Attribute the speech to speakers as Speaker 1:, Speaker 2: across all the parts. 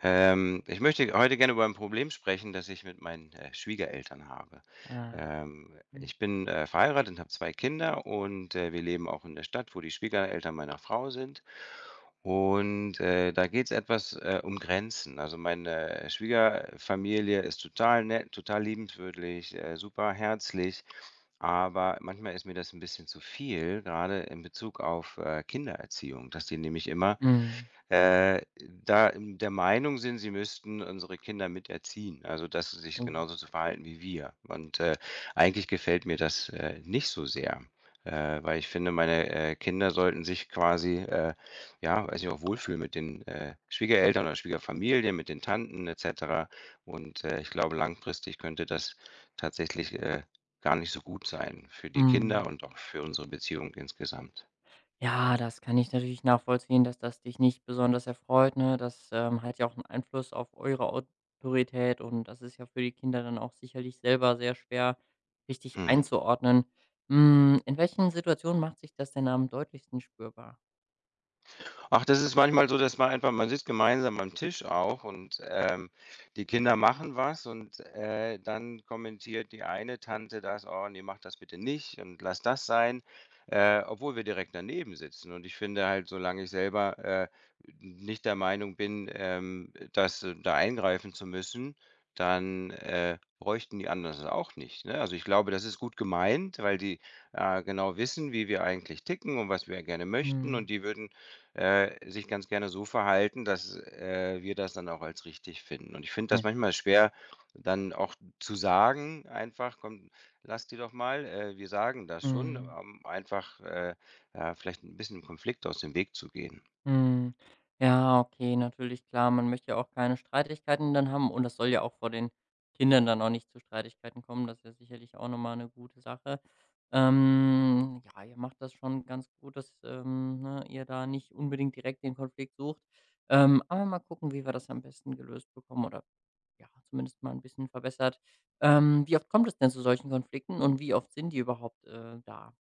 Speaker 1: Ich möchte heute gerne über ein Problem sprechen, das ich mit meinen Schwiegereltern habe.
Speaker 2: Ah,
Speaker 1: Ähm,
Speaker 2: mhm,
Speaker 1: ich bin verheiratet und habe zwei Kinder und wir leben auch in der Stadt, wo die Schwiegereltern meiner Frau sind. Und da geht es etwas um Grenzen. Also meine Schwiegerfamilie ist total nett, total liebenswürdig, super herzlich. Aber manchmal ist mir das ein bisschen zu viel, gerade in Bezug auf Kindererziehung, dass die nämlich immer
Speaker 2: mhm,
Speaker 1: da in der Meinung sind, sie müssten unsere Kinder miterziehen, also, dass sie sich
Speaker 2: oh,
Speaker 1: genauso zu verhalten wie wir. Und eigentlich gefällt mir das nicht so sehr, weil ich finde, meine Kinder sollten sich quasi, ja, weiß nicht, auch wohlfühlen mit den Schwiegereltern oder Schwiegerfamilie, mit den Tanten et cetera. Und ich glaube, langfristig könnte das tatsächlich gar nicht so gut sein für die Kinder
Speaker 2: mhm.
Speaker 1: und auch für unsere Beziehung insgesamt.
Speaker 2: Ja, das kann ich natürlich nachvollziehen, dass das dich nicht besonders erfreut, ne? Das hat ja auch 'n Einfluss auf eure Autorität und das ist ja für die Kinder dann auch sicherlich selber sehr schwer richtig
Speaker 1: Mhm.
Speaker 2: einzuordnen. Hm, in welchen Situationen macht sich das denn am deutlichsten spürbar?
Speaker 1: Ach, das ist manchmal so, dass man einfach man sitzt gemeinsam am Tisch auch und, die Kinder machen was und, dann kommentiert die eine Tante das: „Oh ne, mach das bitte nicht und lass das sein", obwohl wir direkt daneben sitzen. Und ich finde halt, solange ich selber nicht der Meinung bin, dass da eingreifen zu müssen, dann bräuchten die anderen das auch nicht, ne? Also, ich glaube, das ist gut gemeint, weil die genau wissen, wie wir eigentlich ticken und was wir gerne möchten
Speaker 2: Mhm,
Speaker 1: und die würden sich ganz gerne so verhalten, dass wir das dann auch als richtig finden. Und ich finde
Speaker 2: mhm,
Speaker 1: das manchmal schwer, dann auch zu sagen einfach: „Komm, lass die doch mal, wir sagen das schon",
Speaker 2: mhm.
Speaker 1: einfach, ja, vielleicht ein bisschen Konflikt aus dem Weg zu gehen.
Speaker 2: Mhm. Ja, okay, natürlich, klar. Man möchte ja auch keine Streitigkeiten dann haben und das soll ja auch vor den Kindern dann auch nicht zu Streitigkeiten kommen. Das ist ja sicherlich auch noch mal 'ne gute Sache. Ja, ihr macht das schon ganz gut, dass, ne, ihr da nicht unbedingt direkt den Konflikt sucht. Aber mal gucken, wie wir das am besten gelöst bekommen oder, ja, zumindest mal ein bisschen verbessert. Wie oft kommt es denn zu solchen Konflikten und wie oft sind die überhaupt, da?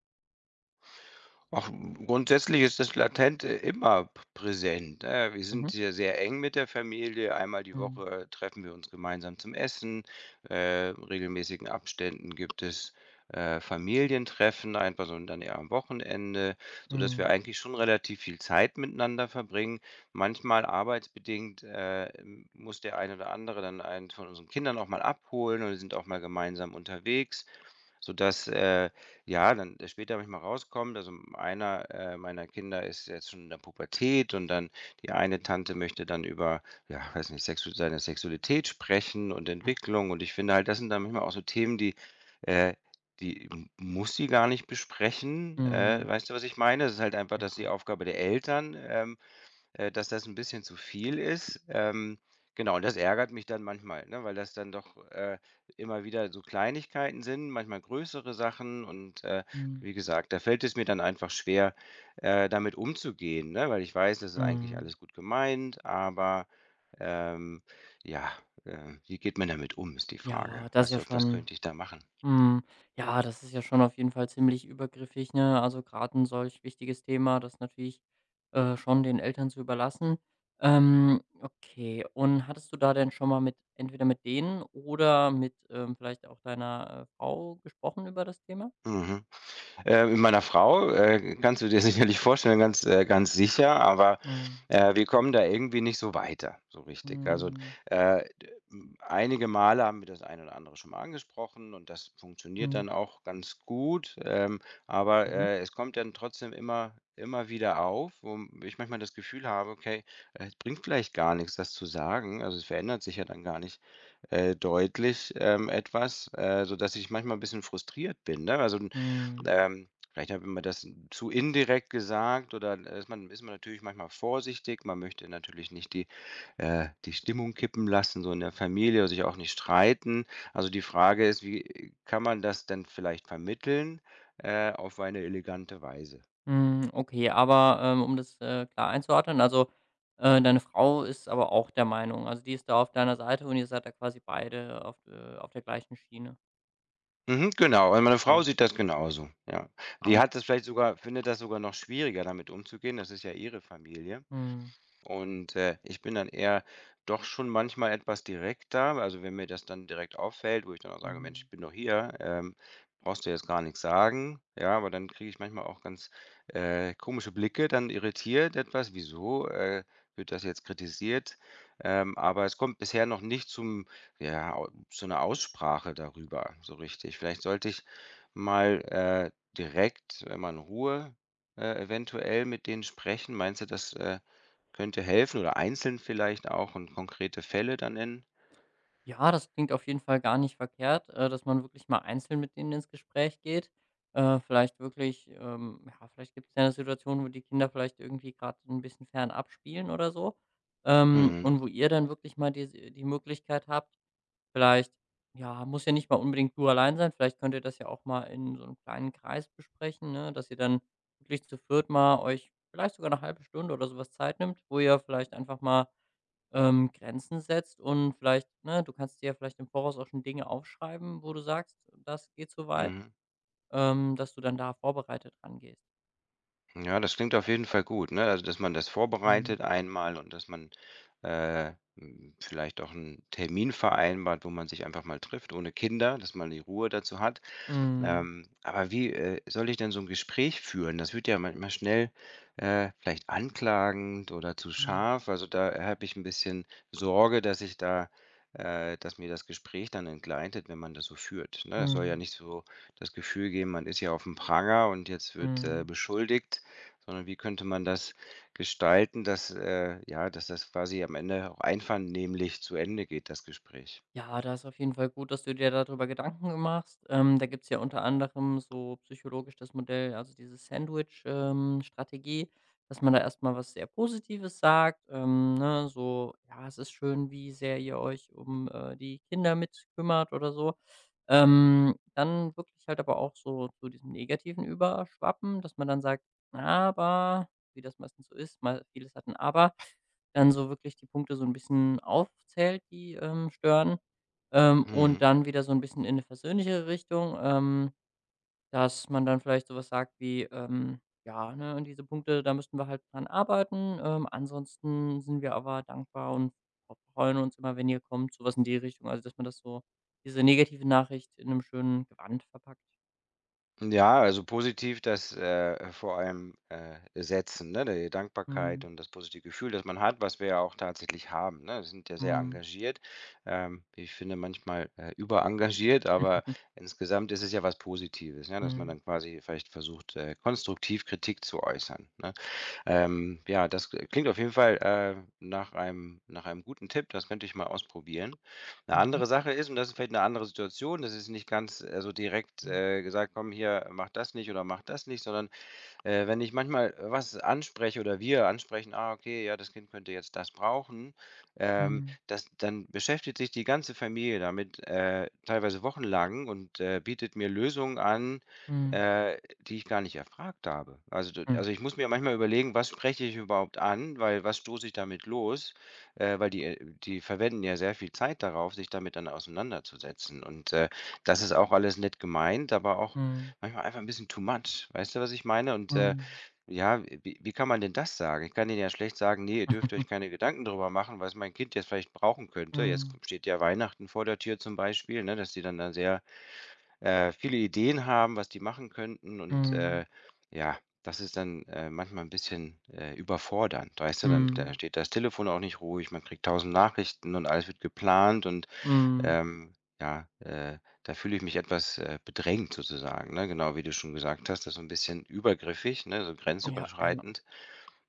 Speaker 1: Ach, grundsätzlich ist das latente immer p präsent, ne? Wir
Speaker 2: Mhm.
Speaker 1: sind hier sehr eng mit der Familie. Einmal die
Speaker 2: Mhm.
Speaker 1: Woche treffen wir uns gemeinsam zum Essen. In regelmäßigen Abständen gibt es Familientreffen, einfach so und dann eher am Wochenende, sodass
Speaker 2: Mhm.
Speaker 1: wir eigentlich schon relativ viel Zeit miteinander verbringen. Manchmal arbeitsbedingt muss der eine oder andere dann einen von unseren Kindern auch mal abholen oder sind auch mal gemeinsam unterwegs, sodass, ja, dann später habe ich mal rauskommen, also m einer meiner Kinder ist jetzt schon in der Pubertät und dann die eine Tante möchte dann über, ja, weiß nicht, Sexu seine Sexualität sprechen und Entwicklung und ich finde halt, das sind dann manchmal auch so Themen, die, äh die m muss sie gar nicht besprechen.
Speaker 2: Mhm.
Speaker 1: Weißt du, was ich meine? Das ist halt einfach, das ist die
Speaker 2: Ja.
Speaker 1: Aufgabe der Eltern, dass das ein bisschen zu viel ist. Genau, und das ärgert mich dann manchmal, ne, weil das dann doch immer wieder so Kleinigkeiten sind, manchmal größere Sachen und
Speaker 2: Mhm.
Speaker 1: wie gesagt, da fällt es mir dann einfach schwer damit umzugehen, ne, weil ich weiß, das ist eigentlich
Speaker 2: Mhm.
Speaker 1: alles gut gemeint, aber, ähm, ja, wie geht man damit um, ist die Frage.
Speaker 2: Ja, das ist
Speaker 1: Was
Speaker 2: ja
Speaker 1: So was könnte ich da machen?
Speaker 2: mhm. Schon auf jeden Fall ziemlich übergriffig, ne? Also, gerade ein solch wichtiges Thema, das natürlich, schon den Eltern zu überlassen. Okay, und hattest du da denn schon mal mit entweder mit denen oder mit, vielleicht auch deiner, Frau gesprochen über das Thema?
Speaker 1: Mhm. Mit meiner Frau kannst du dir sicherlich vorstellen, ganz sicher, aber,
Speaker 2: Mhm.
Speaker 1: wir kommen da irgendwie nicht so weiter, so richtig. Also,
Speaker 2: Mhm.
Speaker 1: einige Male haben wir das eine oder andere schon mal angesprochen und das funktioniert
Speaker 2: Mhm.
Speaker 1: dann auch ganz gut, aber,
Speaker 2: Mhm.
Speaker 1: es kommt dann trotzdem immer wieder auf, wo ich manchmal das Gefühl habe: „Okay, es bringt vielleicht gar nichts, das zu sagen." Also, es verändert sich ja dann gar nicht deutlich, etwas, sodass ich manchmal ein bisschen frustriert bin, ne? Also,
Speaker 2: Mhm.
Speaker 1: ähm, vielleicht hat man das zu indirekt gesagt oder ist man natürlich manchmal vorsichtig. Man möchte natürlich nicht die Stimmung kippen lassen, so in der Familie, oder sich auch nicht streiten. Also, die Frage ist, wie kann man das denn vielleicht vermitteln auf eine elegante Weise?
Speaker 2: Hm, okay, aber, um das, klar einzuordnen, also, deine Frau ist aber auch der Meinung also, die ist da auf deiner Seite und ihr seid da quasi beide auf der gleichen Schiene?
Speaker 1: Mhm, genau. Und meine Frau
Speaker 2: Okay.
Speaker 1: sieht das genauso, ja. Die
Speaker 2: Ah.
Speaker 1: hat das vielleicht sogar findet das sogar noch schwieriger, damit umzugehen. Das ist ja ihre Familie.
Speaker 2: Mhm,
Speaker 1: Und ich bin dann eher doch schon manchmal etwas direkter. Also, wenn mir das dann direkt auffällt, wo ich dann auch sage: „Mensch,
Speaker 2: mhm.
Speaker 1: ich bin doch hier, brauchst du jetzt gar nichts sagen." Ja, aber dann kriege ich manchmal auch ganz komische Blicke, dann irritiert etwas: „Wieso wird das jetzt kritisiert?" Aber es kommt bisher noch nicht zum ja, au zu 'ner Aussprache darüber so richtig. Vielleicht sollte ich mal äh, direkt, wenn man Ruhe eventuell mit denen sprechen. Meinst du, das könnte helfen oder einzeln vielleicht auch und konkrete Fälle dann nennen.
Speaker 2: Ja, das klingt auf jeden Fall gar nicht verkehrt, dass man wirklich mal einzeln mit denen ins Gespräch geht. Vielleicht wirklich ja, vielleicht gibt es ja eine Situation, wo die Kinder vielleicht irgendwie gerade ein bisschen fern abspielen oder so, und
Speaker 1: Mhm,
Speaker 2: wo ihr dann wirklich mal die Möglichkeit habt. Vielleicht ja, muss ja nicht mal unbedingt du allein sein. Vielleicht könnt ihr das ja auch mal in so einem kleinen Kreis besprechen, ne, dass ihr dann wirklich zu viert mal euch vielleicht sogar eine halbe Stunde oder sowas Zeit nimmt, wo ihr vielleicht einfach mal, Grenzen setzt und vielleicht ne, du kannst dir ja vielleicht im Voraus auch schon Dinge aufschreiben, wo du sagst: „Das geht so weit“,
Speaker 1: mhm.
Speaker 2: dass du dann da vorbereitet rangehst.
Speaker 1: Ja, das klingt auf jeden Fall gut, ne? Also, dass man das
Speaker 2: Mhm.
Speaker 1: vorbereitet einmal und dass man vielleicht auch einen Termin vereinbart, wo man sich einfach mal trifft ohne Kinder, dass man die Ruhe dazu hat.
Speaker 2: Mhm.
Speaker 1: Aber wie soll ich denn so ein Gespräch führen? Das wird ja manchmal schnell vielleicht anklagend oder zu
Speaker 2: Mhm.
Speaker 1: scharf. Also, da habe ich ein bisschen Sorge, dass ich da dass mir das Gespräch dann entgleitet, wenn man das so führt, ne? Es soll ja
Speaker 2: Mhm.
Speaker 1: nicht so das Gefühl geben, man ist ja auf dem Pranger und jetzt wird
Speaker 2: Mhm.
Speaker 1: beschuldigt, sondern wie könnte man das gestalten, dass das quasi am Ende auch einvernehmlich zu Ende geht, das Gespräch?
Speaker 2: Ja, da ist auf jeden Fall gut, dass du dir darüber Gedanken machst. Da gibt es ja unter anderem so psychologisch das Modell, also diese Sandwich-Strategie, dass man da erstmal was sehr Positives sagt. Ne, so, ja, es ist schön, wie sehr ihr euch um die Kinder mitkümmert oder so. Dann wirklich halt aber auch so zu diesem Negativen überschwappen, dass man dann sagt, aber, wie das meistens so ist, mal vieles hat ein Aber, dann so wirklich die Punkte so ein bisschen aufzählt, die stören und
Speaker 1: Mhm.
Speaker 2: dann wieder so ein bisschen in eine versöhnlichere Richtung, dass man dann vielleicht sowas sagt wie, „Ja, ne, an diese Punkte, da müssten wir halt dran arbeiten. Ansonsten sind wir aber dankbar und freuen uns immer, wenn ihr kommt.“ Sowas in die Richtung. Also, dass man das so diese negative Nachricht in einem schönen Gewand verpackt.
Speaker 1: Ja, also positiv das vor allem setzen, ne? Die Dankbarkeit
Speaker 2: Mhm.
Speaker 1: und das positive Gefühl, das man hat, was wir ja auch tatsächlich haben, ne? Wir sind ja
Speaker 2: Mhm.
Speaker 1: sehr
Speaker 2: Mhm.
Speaker 1: engagiert. Ich finde manchmal überengagiert, aber insgesamt ist es ja was Positives, ja, dass man dann quasi vielleicht versucht konstruktiv Kritik zu äußern, ne? Ja, das klingt auf jeden Fall nach einem guten Tipp, das könnte ich mal ausprobieren. Eine
Speaker 2: Mhm.
Speaker 1: andere Sache ist und das ist vielleicht eine andere Situation, das ist nicht ganz so direkt
Speaker 2: Mhm.
Speaker 1: gesagt: „Komm hier, mach das nicht oder mach das nicht", sondern wenn ich manchmal was anspreche oder wir ansprechen: „Ah, okay, ja, das Kind könnte jetzt das brauchen",
Speaker 2: Mhm.
Speaker 1: das dann beschäftigt sich die ganze Familie damit teilweise wochenlang und bietet mir Lösungen an
Speaker 2: Mhm.
Speaker 1: die ich gar nicht erfragt habe. Also, ich muss mir manchmal überlegen, was spreche ich überhaupt an, weil was stoße ich damit los? Weil die verwenden ja sehr viel Zeit darauf, sich damit dann auseinanderzusetzen und das ist auch alles nett gemeint, aber auch
Speaker 2: Mhm.
Speaker 1: manchmal einfach ein bisschen too much. Weißt du, was ich meine? Und
Speaker 2: Mhm.
Speaker 1: ja, wie kann man denn das sagen? Ich kann denen ja schlecht sagen:
Speaker 2: Mhm. Mhm. Mhm.
Speaker 1: nee, ihr dürft
Speaker 2: Mhm. Mhm.
Speaker 1: euch keine Gedanken drüber machen, was mein Kind jetzt vielleicht brauchen könnte." Jetzt k steht ja Weihnachten vor der Tür zum Beispiel, ne, dass die dann da sehr viele Ideen haben, was die machen könnten und ja, das ist dann manchmal ein bisschen überfordernd, weißt du? Dann da steht das Telefon auch nicht ruhig, man kriegt tausend Nachrichten und alles wird geplant und ähm, ja, da fühle ich mich etwas bedrängt sozusagen, ne? Genau, wie du schon gesagt hast, das so ein bisschen übergriffig, ne, so
Speaker 2: Ja, ja,
Speaker 1: grenzüberschreitend.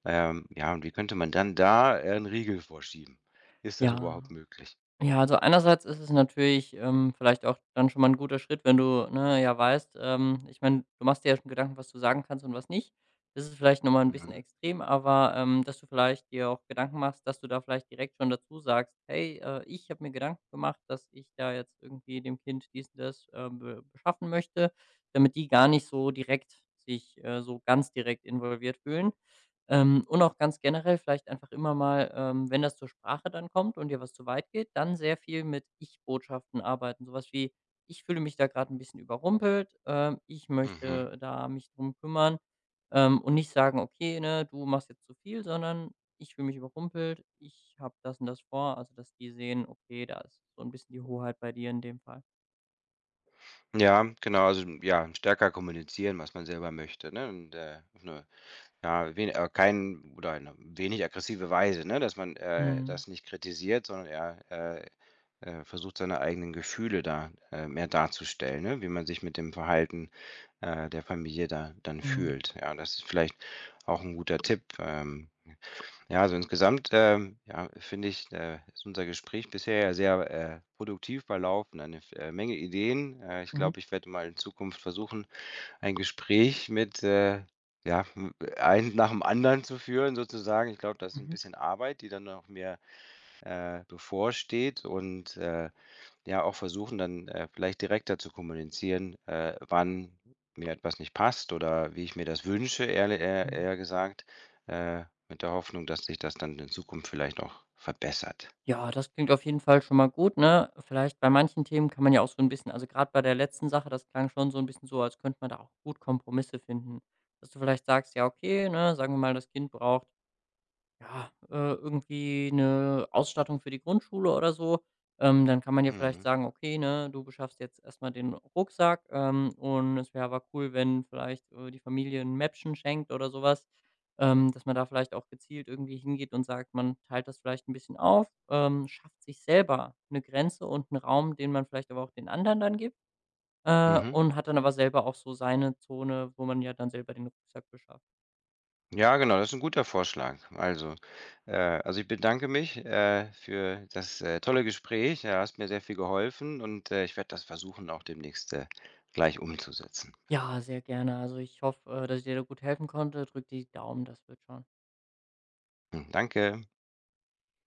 Speaker 1: Ja, und wie könnte man dann da 'n Riegel vorschieben? Ist das
Speaker 2: ja.
Speaker 1: überhaupt möglich?
Speaker 2: Ja, also einerseits ist es natürlich, vielleicht auch dann schon mal ein guter Schritt, wenn du, ne, ja weißt, ich meine, du machst dir ja schon Gedanken, was du sagen kannst und was nicht. Das ist vielleicht noch mal 'n bisschen
Speaker 1: Mhm.
Speaker 2: extrem, aber, dass du vielleicht dir auch Gedanken machst, dass du da vielleicht direkt schon dazu sagst: „Hey, ich habe mir Gedanken gemacht, dass ich da jetzt irgendwie dem Kind dies und das, be beschaffen möchte“, damit die gar nicht so direkt sich, so ganz direkt involviert fühlen. Und auch ganz generell vielleicht einfach immer mal, wenn das zur Sprache dann kommt und dir was zu weit geht, dann sehr viel mit Ich-Botschaften arbeiten. Sowas wie: „Ich fühle mich da gerade ein bisschen überrumpelt, ich
Speaker 1: Mhm.
Speaker 2: möchte da mich drum kümmern.“ Und nicht sagen: „Okay, ne, du machst jetzt zu viel“, sondern: „Ich fühle mich überrumpelt, ich habe das und das vor.“ Also, dass die sehen, okay, da ist so ein bisschen die Hoheit bei dir in dem Fall.
Speaker 1: Ja, genau, also, ja, stärker kommunizieren, was man selber möchte, ne, und auf 'ne, ja, wen kein oder eine wenig aggressive Weise, ne, dass man
Speaker 2: Mhm.
Speaker 1: das nicht kritisiert, sondern eher, versucht, seine eigenen Gefühle da mehr darzustellen, ne? Wie man sich mit dem Verhalten der Familie da dann
Speaker 2: Mhm.
Speaker 1: fühlt. Ja, das ist vielleicht auch ein guter Tipp. Ja, also insgesamt, ja, finde ich ist unser Gespräch bisher ja sehr produktiv verlaufen, eine Menge Ideen. Ich
Speaker 2: Mhm.
Speaker 1: glaube, ich werde mal in Zukunft versuchen, ein Gespräch mit ja, m eins nach dem anderen zu führen sozusagen. Ich glaube, das ist ein
Speaker 2: Mhm.
Speaker 1: bisschen Arbeit, die dann noch mehr bevorsteht und, ja, auch versuchen dann vielleicht direkter zu kommunizieren wann mir etwas nicht passt oder wie ich mir das wünsche, ehrlich eher
Speaker 2: Mhm.
Speaker 1: eher gesagt, mit der Hoffnung, dass sich das dann in Zukunft vielleicht auch verbessert.
Speaker 2: Ja, das klingt auf jeden Fall schon mal gut, ne? Vielleicht bei manchen Themen kann man ja auch so ein bisschen also, gerade bei der letzten Sache, das klang schon so ein bisschen so, als könnte man da auch gut Kompromisse finden. Dass du vielleicht sagst: „Ja, okay, ne, sagen wir mal, das Kind braucht“ ja, irgendwie eine Ausstattung für die Grundschule oder so. Dann kann man ja vielleicht
Speaker 1: Mhm.
Speaker 2: sagen: „Okay, ne, du beschaffst jetzt erst mal den Rucksack, und es wäre aber cool, wenn vielleicht, die Familie ein Mäppchen schenkt“ oder sowas. Dass man da vielleicht auch gezielt irgendwie hingeht und sagt, man teilt das vielleicht ein bisschen auf, schafft sich selber eine Grenze und einen Raum, den man vielleicht aber auch den anderen dann gibt,
Speaker 1: Mhm.
Speaker 2: und hat dann aber selber auch so seine Zone, wo man ja dann selber den Rucksack beschafft.
Speaker 1: Ja, genau, das ist ein guter Vorschlag. Also, äh ich bedanke mich für das tolle Gespräch. Ja, hast mir sehr viel geholfen und ich werde das versuchen, auch demnächst gleich umzusetzen.
Speaker 2: Ja, sehr gerne. Also ich hoffe, dass ich dir da gut helfen konnte. Drück die Daumen, das wird schon.
Speaker 1: Mhm, danke.